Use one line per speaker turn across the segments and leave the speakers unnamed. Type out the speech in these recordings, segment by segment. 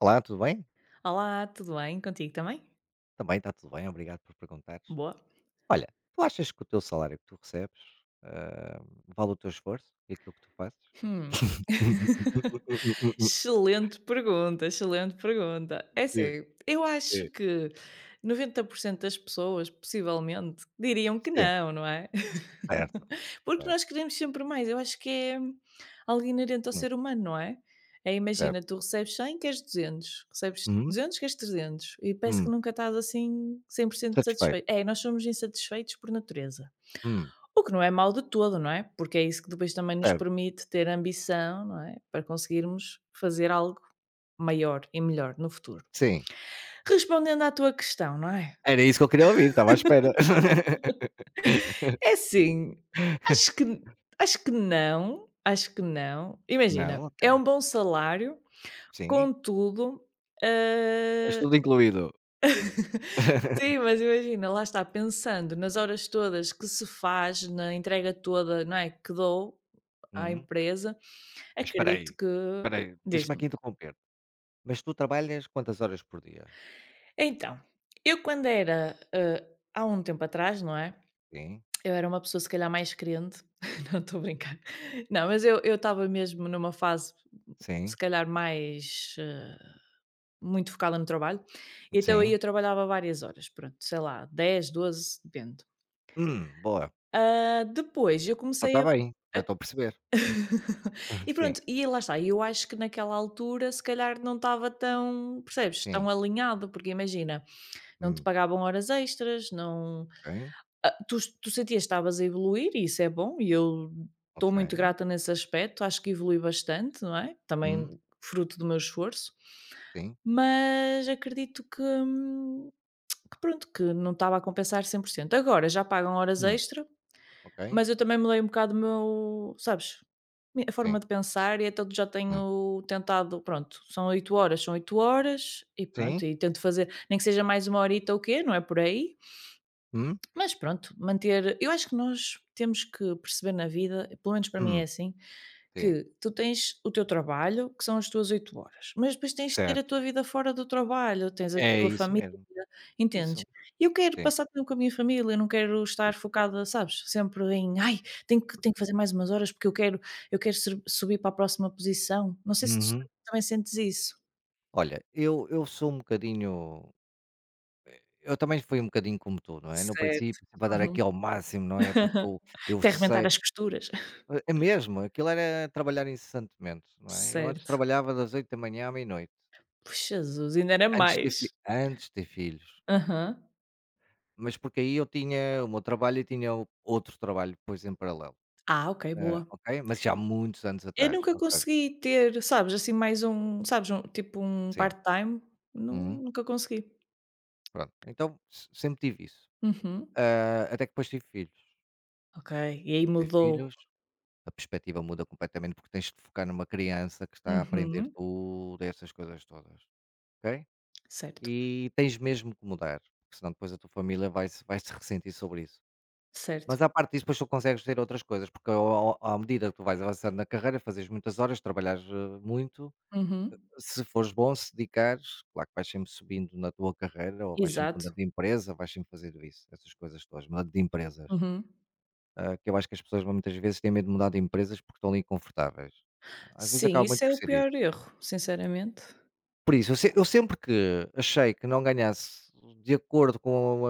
Olá, tudo bem?
Olá, tudo bem? Contigo também?
Também está tudo bem, obrigado por perguntares.
Boa?
Olha, tu achas que o teu salário que tu recebes, ah, vale o teu esforço e aquilo que tu fazes?
Hum. Excelente pergunta, excelente pergunta. É
Sim,
assim, eu acho
sim.
que 90% das pessoas, possivelmente, diriam que
Sim,
não, não é?
certo,
Porque
certo.
nós queremos sempre mais. Eu acho que é algo inerente ao
Hum,
ser humano, não é? É, imagina,
certo.
tu recebes 100, queres 200. Recebes
Uhum,
200, queres 300. E parece que
hum,
nunca estás assim 100%
satisfeito.
satisfeito. É, nós somos insatisfeitos por natureza.
Hum,
O que não é mau de todo, não é? Porque é isso que depois também nos
certo.
permite ter ambição, não é? Para conseguirmos fazer algo maior e melhor no futuro.
Sim,
Respondendo à tua questão, não é?
era isso que eu queria ouvir, estava à espera.
É assim, acho que acho que não, acho que não.
Não,
Imagina, é
ok.
um bom salário,
Sim.
contudo,
Tens
hã,
tudo incluído.
sim, mas imagina, lá está, pensando nas horas todas que se faz, na entrega toda, não é, que dou à
Uhum.
empresa,
Mas
acredito que
espera aí, deixa-me
diz-me.
aqui interromper. Mas tu trabalhas quantas horas por dia?
Então, eu quando era, há um tempo atrás, não é,
Sim,
eu era uma pessoa se calhar mais crente, não estou a brincar, não, mas eu estava mesmo numa fase se
sim,
calhar mais, muito focada no trabalho, então aí
sim.
eu trabalhava várias horas, pronto, sei lá, 10, 12, depende.
Boa.
Depois eu
Então
comecei
está
a
bem, já estou a perceber.
e
Sim,
pronto, e lá está, eu acho que naquela altura se calhar não estava tão, percebes,
sim.
tão alinhado, porque imagina, não te
Hum,
pagavam horas extras, não.
ok,
Ah, tu sentias que estavas a evoluir e isso é bom e eu estou
ok.
muito grata nesse aspecto, acho que evolui bastante, não é, também
Hum,
fruto do meu esforço,
sim.
mas acredito que pronto, que não estava a compensar 100%. Agora já pagam horas
Hum,
extra,
ok.
mas eu também mudei um bocado o meu sabes, mi a forma
Sim.
de pensar e então já
Hum,
tenho tentado pronto, são 8 horas, são 8 horas e pronto,
sim.
e tento fazer nem que seja mais uma horita ou o quê, não é por aí.
Hum,
Mas pronto, manter eu acho que nós temos que perceber na vida, pelo menos para mim é
hum,
assim,
sim.
que tu tens o teu trabalho, que são as tuas 8 horas, mas depois tens de ter a
Certo.
tua vida fora do trabalho, tens a
É
tua
isso
família,
mesmo.
entendes?
Isso.
E eu quero
Sim.
passar tempo com a minha família, eu não quero
Isso.
estar focada, sabes, sempre em: "Ai, tenho que fazer mais umas horas porque eu quero sur subir para a próxima posição". Não sei se tu
Uhum.
também sentes isso.
Olha, eu sou um bocadinho. Eu também fui um bocadinho como tu, não é? No
Certo.
princípio, para dar
Uhum.
aqui ao máximo, não é? Porque eu
Até arrebentar
sei.
as costuras.
É mesmo, aquilo era trabalhar incessantemente, não é. Eu antes
Certo.
trabalhava das 8 da manhã à meia-noite,
Puxa, Jesus, ainda era mais?
antes de ter filhos,
Aham.
mas porque aí eu tinha o meu trabalho e tinha o outro trabalho depois em paralelo,
Ah, ok, boa.
ok? Mas já há muitos anos
Eu
atrás,
nunca
ou seja,
consegui ter, sabes, assim mais um sabes, um tipo um
sim,
part-time,
uhum,
nu nunca consegui.
pronto. Então se sempre tive isso,
Uhum.
até que depois tive filhos.
Ok, e aí
Depois tive
mudou.
filhos, a perspectiva muda completamente porque tens de focar numa criança que está a aprender
Uhum.
tudo, essas coisas todas, ok?
Certo,
E tens mesmo que mudar, porque senão depois a tua família vai se ressentir sobre isso.
certo.
Mas à parte disso, depois tu consegues ter outras coisas, porque ao ao à medida que tu vais avançando na carreira, fazes muitas horas, trabalhares, muito,
Uhum.
se fores bom, se dedicares, claro que vais sempre subindo na tua carreira ou vais sempre
Exato.
mudando de empresa, vais sempre fazendo isso, essas coisas todas, mudando de empresas.
Uhum.
Que eu acho que as pessoas muitas vezes têm medo de mudar de empresas porque estão ali confortáveis. Às vezes
Sim,
acaba
isso
muito
é
por
o
ser
pior
isso.
erro, sinceramente,
Por isso, eu se eu sempre que achei que não ganhasse de acordo com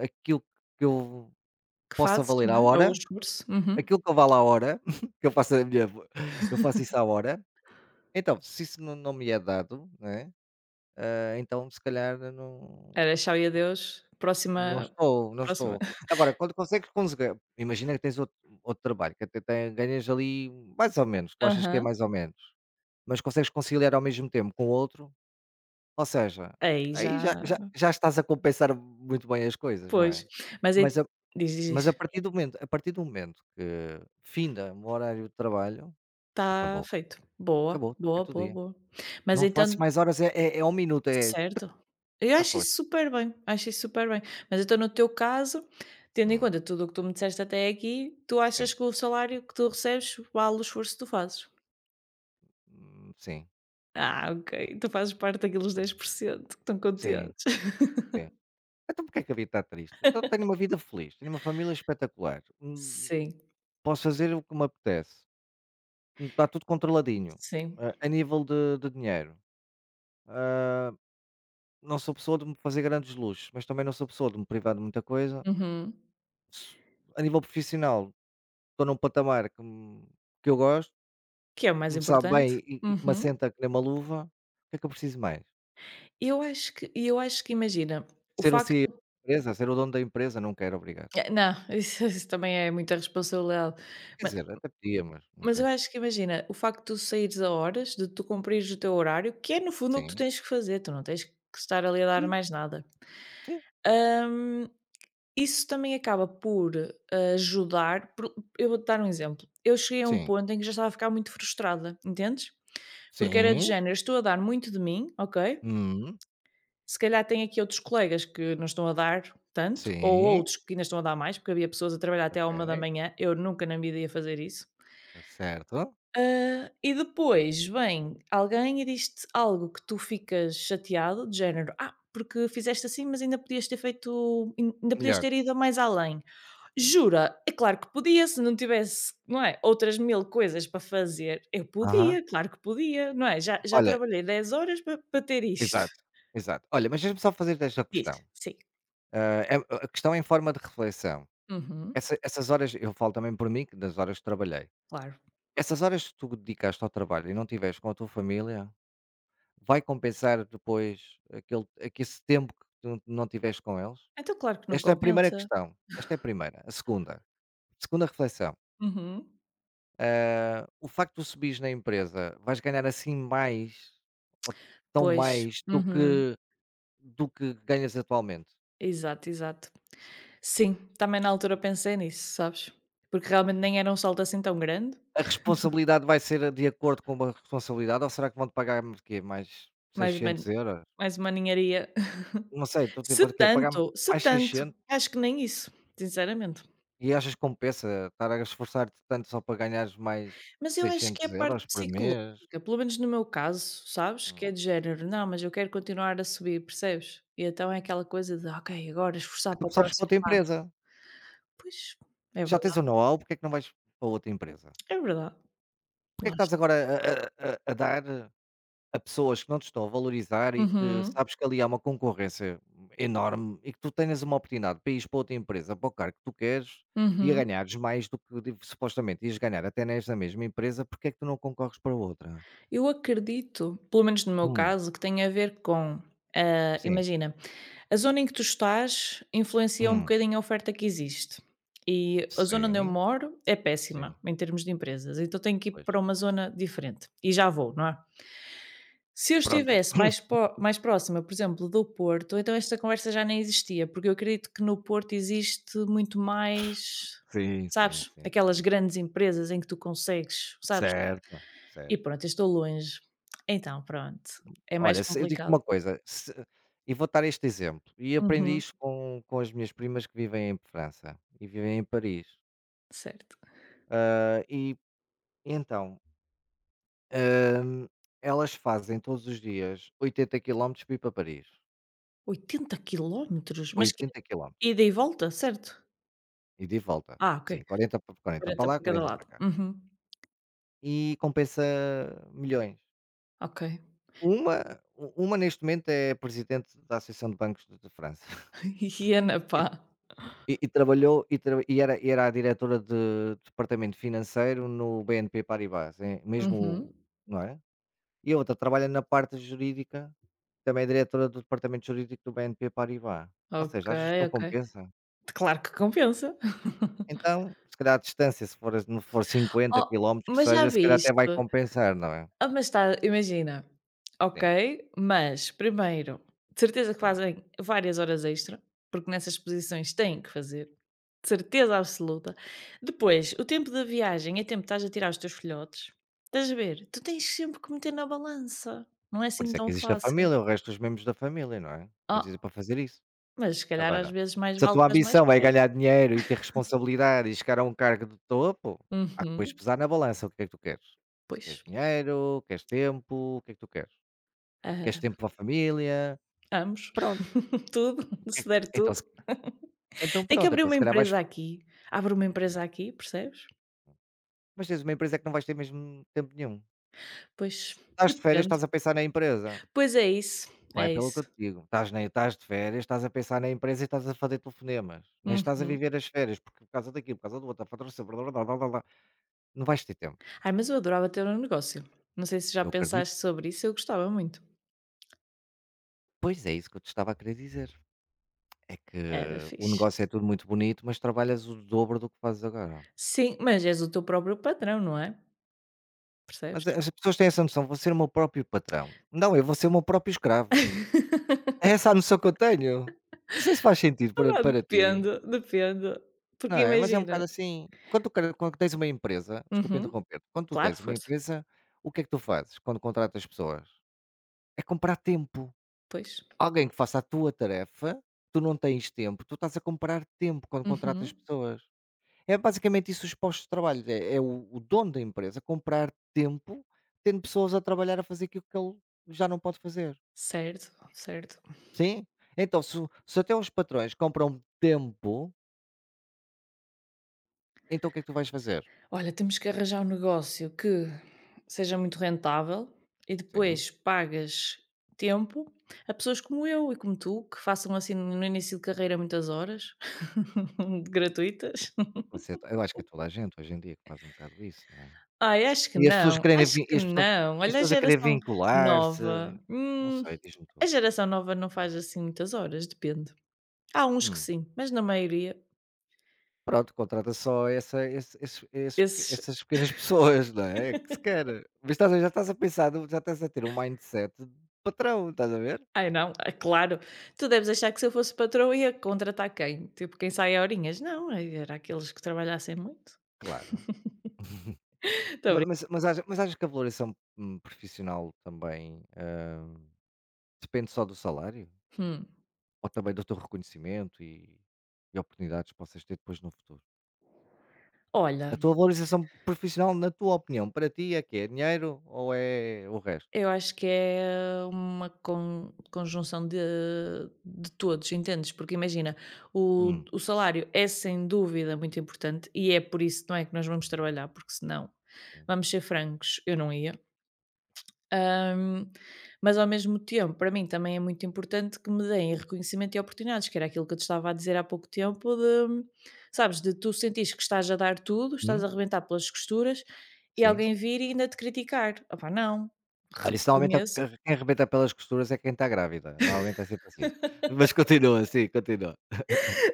a aquilo que eu
que
possa
fazes,
valer
não
à
é, ou o
hora,
esforço. Uhum.
aquilo que eu valo à hora, que eu faço a minha eu faço isso à hora, então se isso não me é dado, né é, então se calhar não
Era tchau e adeus,
não
próxima,
estou não
próxima
estou. Agora quando consegues conseguir imagina que tens outro trabalho que até tem ganhas ali mais ou menos, tu achas que é
Aham.
mais ou menos, mas consegues conciliar ao mesmo tempo com o outro. Ou seja,
Aí
aí já
já.
já já estás a compensar muito bem as coisas, não é?
Pois, mas aí
Mas a
diz, diz,
mas a
diz.
partir do momento a partir do momento que finda o meu horário de trabalho,
Está
acabou,
feito. Boa,
acabou, está
boa,
feito o
boa,
dia.
boa. Mas
Não faço
então
mais horas, é 1 minuto, é
certo. Eu
"já
acho
foste".
isso super bem, acho isso super bem. Mas então no teu caso, tendo em
Hum,
conta tudo o que tu me disseste até aqui, tu achas
sim,
que o salário que tu recebes vale o esforço que tu fazes?
sim,
Ah, ok, tu fazes parte daqueles 10% que estão
sim,
contentes.
sim. Então porquê é que a vida está triste? Então tenho uma vida feliz, tenho uma família espetacular,
Sim,
posso fazer o que me apetece. Está tudo controladinho,
sim.
a nível de dinheiro. Não sou pessoa de me fazer grandes luxos, mas também não sou pessoa de me privar de muita coisa.
Uhum.
S A nível profissional, estou num patamar que eu gosto,
Que é o
que
mais
me sabe bem
importante.
e que me
Uhum.
assenta que nem uma luva. O que é que eu preciso mais?
Eu acho que imagina, o
Ser o CEO
facto
da empresa, ser o dono da empresa, não quero, obrigado.
é, não, isso também é muita responsabilidade.
Quer
mas
dizer, até podia, mas não
mas eu
quero.
acho que imagina, o facto de tu saíres a horas, de tu cumprires o teu horário, que é no fundo o que tu
Sim,
tens que fazer, tu não tens que estar ali a dar
sim,
mais nada.
sim,
Hum, isso também acaba por ajudar por eu vou-te dar um exemplo. Eu cheguei a um
sim,
ponto em que já estava a ficar muito frustrada, entendes? Porque era de
sim,
género, estou a dar muito de mim, ok?
hum,
Se calhar tem aqui outros colegas que não estão a dar tanto, ou
sim,
outros que ainda estão a dar mais, porque havia pessoas a trabalhar até à uma da
ok,
manhã. Eu nunca na vida ia fazer isso.
tá certo.
E depois vem alguém e diz-te algo que tu ficas chateado, de género: "Ah, porque fizeste assim, mas ainda podias ter feito ainda podias
Melhor,
ter ido mais além".
sim.
Jura? É claro que podia, se não tivesse, não é, outras 1000 coisas para fazer, eu
Aham.
podia, claro que podia, não é? Já
Olha,
trabalhei 10 horas para ter isto.
exato, exato. Olha, mas deixa-me só fazer-te esta
Diz,
questão.
sim.
A questão é em forma de reflexão.
Uhum.
Essas horas, eu falo também por mim, que das horas que trabalhei.
Claro.
Essas horas que tu dedicaste ao trabalho e não estiveres com a tua família, vai compensar depois aquele aquele esse tempo que tu não tiveste com eles?
Então claro que não
Esta é a primeira
compensa.
questão, esta é a primeira. A segunda reflexão,
Uhum.
o facto de tu subires na empresa, vais ganhar assim mais, ou tão
Pois.
mais do
Uhum.
que do que ganhas atualmente?
Exato, exato. Sim, também na altura pensei nisso, sabes, porque realmente nem era um salto assim tão grande,
A responsabilidade vai ser de acordo com uma responsabilidade ou será que vão te pagar-me de quê? Mais
mais man
600 euros.
mais uma ninharia.
Não sei, estou
Se
tipo de quê? Pagar
tanto, se
mais
tanto,
600,
acho que nem isso, sinceramente.
e achas que compensa estar a esforçar-te tanto só para ganhares mais
Mas eu acho que é a
seiscentos
parte
euros por
psicológica,
mês?
pelo menos no meu caso, sabes, que
Hum.
é de género: "Não, mas eu quero continuar a subir", percebes? E então é aquela coisa de: "Ok, agora esforçar
Então
para o
tu sobes para
próximo
outra
passo".
empresa.
Pois, é
Já tens o
verdade,
know-how, porque é que não vais para outra empresa?
é verdade.
Porque é que estás agora a dar a pessoas que não te estão a valorizar e que
Uhum,
sabes que ali há uma concorrência enorme, e que tu tenhas uma oportunidade para ires para outra empresa, para o cargo que tu queres e a
uhum.
ganhares mais do que supostamente ias ganhar até nesta mesma empresa, porque é que tu não concorres para outra?
Eu acredito, pelo menos no meu
Hum,
caso, que tem a ver com,
sim,
imagina, a zona em que tu estás influencia um
hum,
bocadinho a oferta que existe. E a zona onde eu
sim,
moro é péssima
sim,
em termos de empresas, então tenho que ir
pois.
para uma zona diferente e já vou, não é? Se eu
Pronto.
estivesse mais, mais próxima, por exemplo, do Porto, então esta conversa já nem existia, porque eu acredito que no Porto existe muito mais,
Sim, sim,
sabes,
sim,
aquelas
sim.
grandes empresas em que tu consegues, sabes?
Certo,
E
certo.
pronto, eu estou longe. Então pronto, é mais
Olha, eu digo
complicado.
uma coisa, e vou dar este exemplo, e aprendi
Uhum,
isto com, as minhas primas que vivem em França e vivem em Paris.
certo.
E então, hum, elas fazem todos os dias 80 quilómetros para ir para Paris.
80 quilómetros, mas quê?
80 quilómetros.
Ida e volta, certo?
E de volta.
Ah, ok,
Sim, 40, 40
40
para lá,
por cada
40 para
lado.
cá.
Uhum,
E compensa milhões.
ok.
Uma neste momento é presidente da Associação de Bancos de França.
Iena, pá.
E, e trabalhou e era a diretora de departamento financeiro no BNP Paribas, mesmo,
Uhum,
não é? E a outra trabalha na parte jurídica, também é diretora do departamento jurídico do BNP Paribas. Ou
ok,
seja, achas que não
ok.
compensa?
Claro que compensa.
Então, se calhar a distância, se for não for 50
Oh,
quilómetros que
mas já
seja, se calhar
viste.
até vai compensar, não é?
Ah, mas está, imagina,
Sim,
ok, mas primeiro, de certeza que
sim.
fazem várias horas extra, porque nessas posições têm que fazer, de certeza absoluta. Depois, o tempo da viagem é tempo que estás a tirar os teus filhotes, estás a ver? Tu tens sempre que meter na balança, não é
Por
assim
isso é
tão
que existe a
fácil.
família, o resto dos membros da família, não é? Existem
Ah,
para fazer isso.
mas se calhar às
Agora,
vezes mais
se a
vale
tua
estás mais
ambição é
perto.
ganhar dinheiro e ter responsabilidade e chegar a um cargo de topo, há que depois
Uhum,
pesar na balança o que é que tu queres. Queres
pois,
dinheiro? Queres tempo? O que é que tu queres? Queres
ah,
tempo para a família?
ambos,
Pronto.
tudo,
É,
se der
então se
tudo.
então
Tem que
pronto,
abrir
então
uma
se calhar vais,
empresa aqui, abre uma
não
empresa
é,
aqui, percebes?
mas tens uma empresa que não vais ter mesmo tempo nenhum.
Pois.
Estás de férias,
Depende.
estás a pensar na empresa,
Pois é isso,
vai
é
pelo que eu
isso.
te digo, estás de férias, estás a pensar na empresa e estás a fazer telefonemas, nem estás a
Uhum.
viver as férias, porque por causa daqui, por causa do outro, a fatura, blá, blá, blá, blá, blá, blá. Não vais ter tempo,
Ai, mas eu adorava ter um negócio. Não sei se já
eu acredito.
pensaste sobre isso, eu gostava muito.
Pois é isso que eu te estava a querer dizer, é que
Era
o
fixe.
negócio é tudo muito bonito, mas trabalhas o dobro do que fazes agora.
Sim, mas és o teu próprio patrão, não é?
Mas
Percebes?
as pessoas têm essa noção, vou ser o meu próprio patrão. Não, eu vou ser o meu próprio escravo. É essa a noção que eu tenho. Não sei se faz sentido
Ah,
para
vá,
para ti,
depende, depende.
não
Porque
é? Mas é um
imagina.
bocado assim, quando tu quer quando tens uma empresa, desculpa
Uhum.
interromper, quando tu
Claro,
tens uma
força.
empresa, o que é que tu fazes quando contratas pessoas? É comprar tempo.
Pois.
Alguém que faça a tua tarefa, tu não tens tempo, tu estás a comprar tempo quando contratas
Uhum.
pessoas. É basicamente isso os postos de trabalho, é o dono da empresa comprar tempo, tendo pessoas a trabalhar a fazer aquilo que ele já não pode fazer.
Certo, certo.
Sim? Então se até os patrões compram tempo, então o que é que tu vais fazer?
Olha, temos que arranjar um negócio que seja muito rentável e
Sim,
depois pagas tempo a pessoas como eu e como tu, que façam assim no início de carreira muitas horas gratuitas.
você eu acho que é toda a gente hoje em dia que faz um bocado isso, não é?
Ai, acho que
E as pessoas
não,
querem
acho
vin e
que
as pessoas
não.
as
Olha,
pessoas a querer vincular-se,
nova,
não
hum,
sei, diz-me
a
tu.
geração nova não faz assim muitas horas, depende. Há uns que
Hum.
sim, mas na maioria,
Pronto, contrata só essa esse esses esses peque-
esses
essas pequenas pessoas, não é? É que se quer. Mas estás a, já estás a pensar, já estás a ter um mindset de patrão, estás a ver?
ai, não, é claro. Tu deves achar que se eu fosse patroa ia contratar quem? Tipo quem sai a horinhas? Não, era aqueles que trabalhassem muito.
Claro.
Estou a
Ma
brin
mas acha mas achas que a valoração, profissional também, depende só do salário?
hum,
Ou também do teu reconhecimento e oportunidades que possas ter depois no futuro? A
Olha,
tua valorização profissional, na tua opinião, para ti é que é dinheiro ou é o resto?
eu acho que é uma conjunção de todos, entendes? Porque imagina, o
Hum,
o salário é sem dúvida muito importante e é por isso, não é, que nós vamos trabalhar, porque senão,
sim.
vamos ser francos, eu não ia. Hum, mas ao mesmo tempo, para mim também é muito importante que me deem reconhecimento e oportunidades, que era aquilo que eu te estava a dizer há pouco tempo, sabes, de tu sentires que estás a dar tudo, estás
Hum,
a arrebentar pelas costuras e
sim.
alguém vir e ainda te criticar. Opá, não,
Olha, isso normalmente é o
reconheço.
que quem arrebenta pelas costuras é quem está grávida. Normalmente é sempre assim. Mas continua, sim, continua.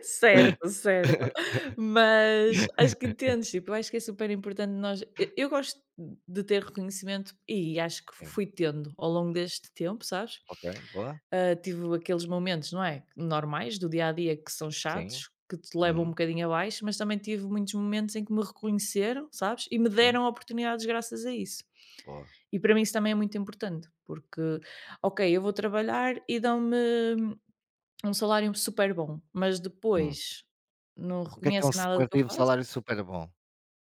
Certo, certo. Mas acho que entendes, tipo, eu acho que é super importante nós e eu gosto de ter reconhecimento e acho que
Sim,
fui tendo ao longo deste tempo, sabes?
ok, boa.
Ah, tive aqueles momentos, não é, normais do dia a dia que são
Sim.
chatos, que te levam um
Hum,
bocadinho abaixo, mas também tive muitos momentos em que me reconheceram, sabes? E me
boa,
deram oportunidades graças a isso.
boa.
E para mim isso também é muito importante, porque, ok, eu vou trabalhar e dão-me um salário super bom, mas
Hum.
depois não
O que é um
reconhecem nada do que eu
superativo
faço?
salário super bom?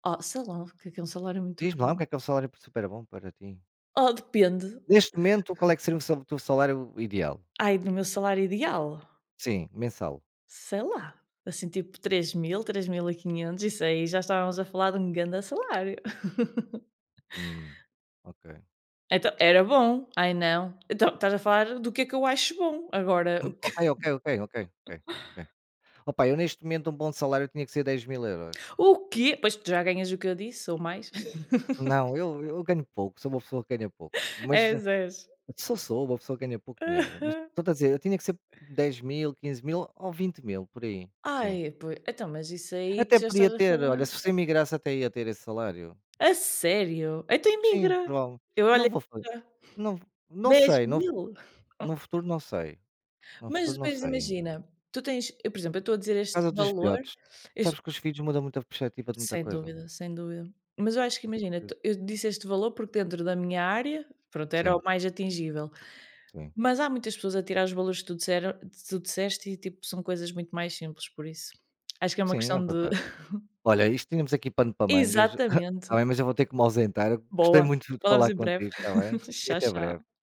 Oh, sei lá, o que é um salário muito
Diz-me lá o
bom?
que é um salário super bom para ti?
Oh, depende.
Neste momento, qual é que seria o teu salário ideal?
Ai, do meu salário ideal,
Sim, mensal.
sei lá, assim, tipo 3.500, isso aí já estávamos a falar de um grande salário.
Hum, ok.
Então, era bom. Ai, não. Então, estás a falar do que é que eu acho bom. Agora,
Ok, ok, ok, ok, ok. Ok. Opa, eu neste momento um bom salário tinha que ser 10 mil euros.
o quê? Pois tu já ganhas o que eu disse ou mais.
Não, eu ganho pouco, sou uma pessoa que ganha pouco, mas
És, és.
só sou uma pessoa que ganha pouco dinheiro, mas estou a dizer, eu tinha que ser 10 mil, 15 mil ou 20 mil por aí, sim.
Ai, pois, então, mas isso aí
Até
tu já
podia
estás a
ter, olha,
falar.
se você imigrasse até ia ter esse salário.
A sério? Então
Sim,
imigra.
provavelmente.
Eu
Não
olha,
vou fa
já
não não
dez
sei, no
mil.
no futuro não sei, no
Mas
futuro não
depois
sei ainda.
imagina, tu tens eu, por exemplo, eu estou a dizer
Por
este
causa dos
valor,
filhotes.
este
Sabes que os filhos mudam muito a perspectiva de muita
sem
coisa.
dúvida, sem dúvida. Mas eu acho que
É só
imagina,
por
tu
isso.
eu disse este valor porque dentro da minha área, pronto, era o
Sim,
mais atingível.
sim.
Mas há muitas pessoas a tirar os valores que tu disseste e, tipo, são coisas muito mais simples, por isso. Acho que é uma
Sim, é
questão de
verdade. Olha, isto tínhamos aqui pano para mangas, está
exatamente.
bem, mas eu vou ter que me ausentar. Gostei
Boa.
muito de
Falamos
falar
em breve.
contigo, está bem? E
Tchau,
até breve.
tchau.